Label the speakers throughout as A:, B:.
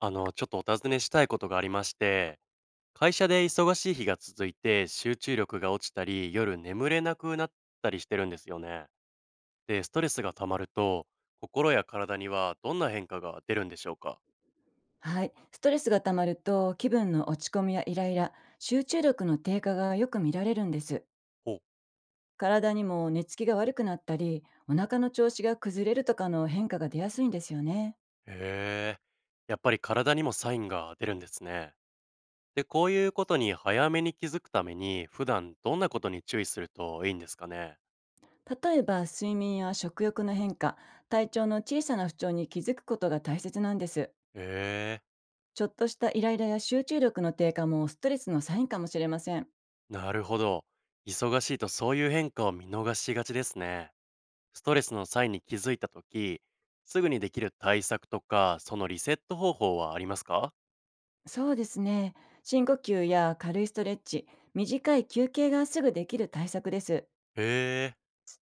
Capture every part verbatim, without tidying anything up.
A: あの、ちょっとお尋ねしたいことがありまして、会社で忙しい日が続いて集中力が落ちたり、夜眠れなくなったりしてるんですよね。で、ストレスが溜まると、心や体にはどんな変化が出るんでしょうか？
B: はい。ストレスが溜まると気分の落ち込みやイライラ、集中力の低下がよく見られるんです。
A: ほう。
B: 体にも寝つきが悪くなったり、お腹の調子が崩れるとかの変化が出やすいんですよね。
A: へえ。やっぱり体にもサインが出るんですね。で、こういうことに早めに気づくために、普段どんなことに注意するといいんですかね？
B: 例えば睡眠や食欲の変化、体調の小さな不調に気づくことが大切なんです。
A: へえ。
B: ちょっとしたイライラや集中力の低下もストレスのサインかもしれません。
A: なるほど。忙しいとそういう変化を見逃しがちですね。ストレスの際に気づいたとき、すぐにできる対策とか、そのリセット方法はありますか？
B: そうですね。深呼吸や軽いストレッチ、短い休憩がすぐできる対策です。
A: へえ、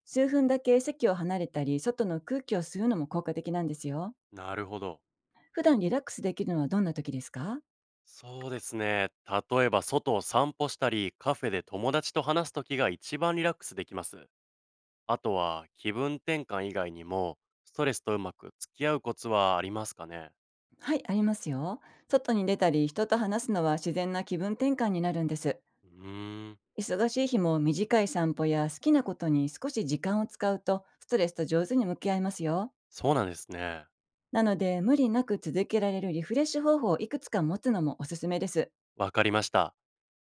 B: 数分だけ席を離れたり、外の空気を吸うのも効果的なんですよ。
A: なるほど。
B: 普段リラックスできるのはどんな時ですか？
A: そうですね。例えば、外を散歩したり、カフェで友達と話すときが一番リラックスできます。あとは、気分転換以外にも、ストレスとうまく付き合うコツはありますかね？
B: はい、ありますよ。外に出たり、人と話すのは自然な気分転換になるんです。
A: うーん、
B: 忙しい日も短い散歩や好きなことに少し時間を使うと、ストレスと上手に向き合いますよ。
A: そうなんですね。
B: なので、無理なく続けられるリフレッシュ方法をいくつか持つのもおすすめです。
A: わかりました。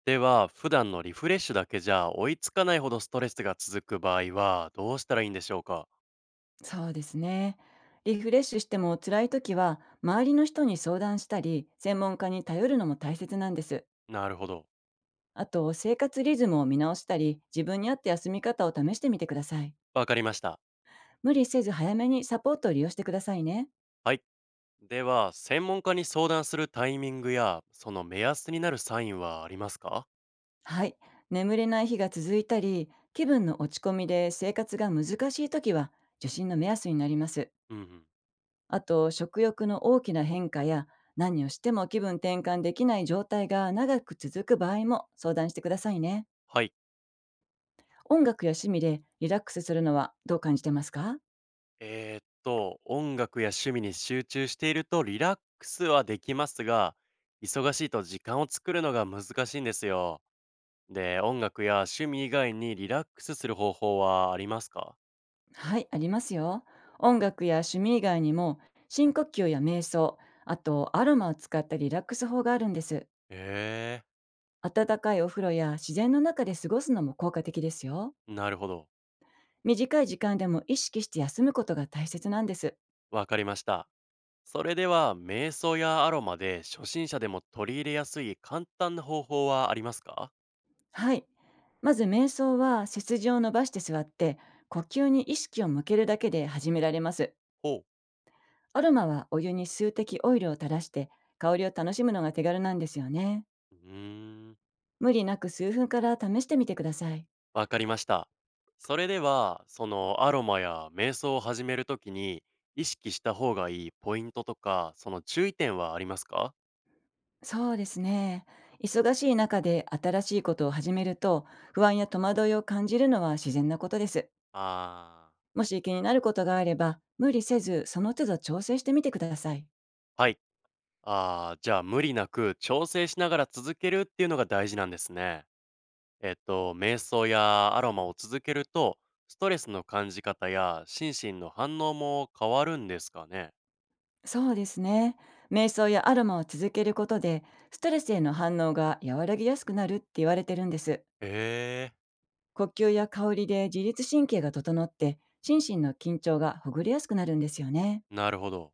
A: では、普段のリフレッシュだけじゃ追いつかないほどストレスが続く場合は、どうしたらいいんでしょうか？
B: そうですね。リフレッシュしても辛い時は、周りの人に相談したり、専門家に頼るのも大切なんです。
A: なるほど。
B: あと、生活リズムを見直したり、自分に合った休み方を試してみてください。
A: わかりました。
B: 無理せず早めにサポートを利用してくださいね。
A: はい。では、専門家に相談するタイミングや、その目安になるサインはありますか？
B: はい。眠れない日が続いたり、気分の落ち込みで生活が難しい時は、受診の目安になります。
A: うんうん。
B: あと、食欲の大きな変化や、何をしても気分転換できない状態が長く続く場合も相談してくださいね。
A: はい。
B: 音楽や趣味でリラックスするのはどう感じてますか？
A: えー、っと、音楽や趣味に集中しているとリラックスはできますが、忙しいと時間を作るのが難しいんですよ。で、音楽や趣味以外にリラックスする方法はありますか？
B: はい、ありますよ。音楽や趣味以外にも、深呼吸や瞑想、あとアロマを使ったリラックス法があるんです。
A: え
B: 温かいお風呂や自然の中で過ごすのも効果的ですよ。
A: えー、なるほど。
B: 短い時間でも意識して休むことが大切なんです。
A: わかりました。それでは、瞑想やアロマで初心者でも取り入れやすい簡単な方法はありますか？
B: はい。まず瞑想は背筋を伸ばして座って、呼吸に意識を向けるだけで始められます。
A: ほう。
B: アロマはお湯に数滴オイルを垂らして、香りを楽しむのが手軽なんですよね。
A: うーん。
B: 無理なく数分から試してみてください。
A: わかりました。それでは、そのアロマや瞑想を始めるときに意識した方がいいポイントとか、その注意点はありますか？
B: そうですね。忙しい中で新しいことを始めると、不安や戸惑いを感じるのは自然なことです。
A: あー、
B: もし気になることがあれば、無理せずその都度調整してみてください。
A: はい。あー、じゃあ無理なく調整しながら続けるっていうのが大事なんですね。えっと、瞑想やアロマを続けると、ストレスの感じ方や心身の反応も変わるんですかね？
B: そうですね。瞑想やアロマを続けることで、ストレスへの反応が和らぎやすくなるって言われてるんです。
A: へえ、
B: 呼吸や香りで自律神経が整って、心身の緊張がほぐれやすくなるんですよね。
A: なるほど。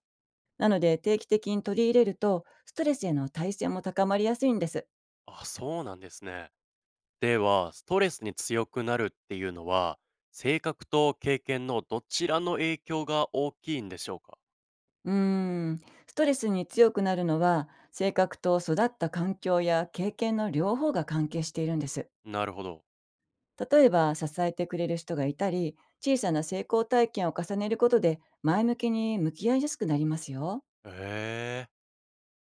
B: なので、定期的に取り入れるとストレスへの耐性も高まりやすいんです。
A: あ、そうなんですね。では、ストレスに強くなるっていうのは、性格と経験のどちらの影響が大きいんでしょうか？
B: うーん、ストレスに強くなるのは性格と育った環境や経験の両方が関係しているんです。
A: なるほど。
B: 例えば支えてくれる人がいたり、小さな成功体験を重ねることで前向きに向き合いやすくなりますよ。
A: へ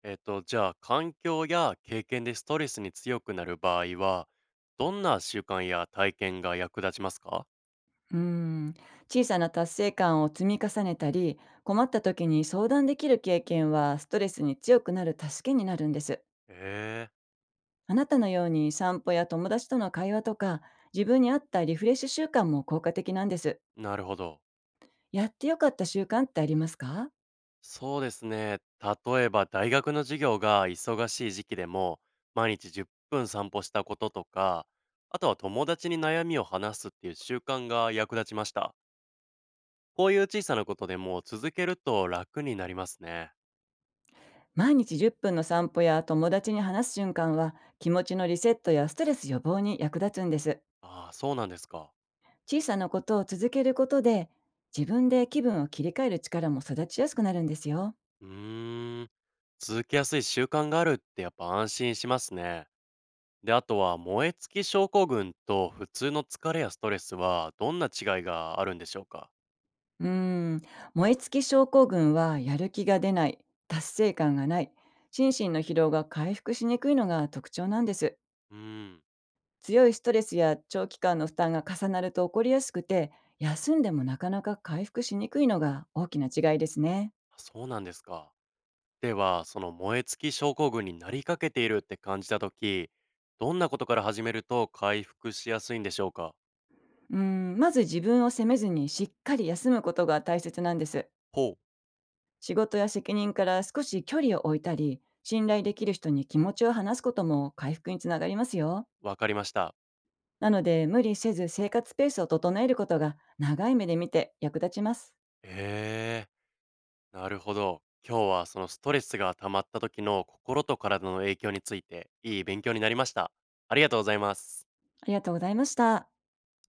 A: え、えっと、じゃあ、環境や経験でストレスに強くなる場合は、どんな習慣や体験が役立ちますか？
B: うーん、小さな達成感を積み重ねたり、困った時に相談できる経験はストレスに強くなる助けになるんです。
A: へ
B: あなたのように散歩や友達との会話とか、自分に合ったリフレッシュ習慣も効果的なんです。
A: え、なるほど。
B: やってよかった習慣ってありますか？
A: そうですね。例えば大学の授業が忙しい時期でも、毎日じゅっぷん散歩したこととか、あとは友達に悩みを話すっていう習慣が役立ちました。こういう小さなことでも続けると楽になりますね。
B: 毎日じゅっぷんの散歩や友達に話す瞬間は気持ちのリセットやストレス予防に役立つんです。
A: ああ、そうなんですか。
B: 小さなことを続けることで、自分で気分を切り替える力も育ちやすくなるんですよ。
A: うーん。続けやすい習慣があるってやっぱ安心しますね。で、あとは燃え尽き症候群と普通の疲れやストレスはどんな違いがあるんでしょうか。
B: うーん、燃え尽き症候群はやる気が出ない、達成感がない、心身の疲労が回復しにくいのが特徴なんです。
A: うーん。
B: 強いストレスや長期間の負担が重なると起こりやすくて、休んでもなかなか回復しにくいのが大きな違いですね。
A: あ、そうなんですか。では、その燃え尽き症候群になりかけているって感じたとき、どんなことから始めると回復しやすいんでしょうか？
B: うん、まず自分を責めずにしっかり休むことが大切なんです。
A: ほう、
B: 仕事や責任から少し距離を置いたり、信頼できる人に気持ちを話すことも回復につながりますよ。
A: わかりました。
B: なので、無理せず生活ペースを整えることが長い目で見て役立ちます。
A: えー、なるほど。今日はそのストレスが溜まった時の心と体の影響についていい勉強になりました。ありがとうございます。
B: ありがとうございました。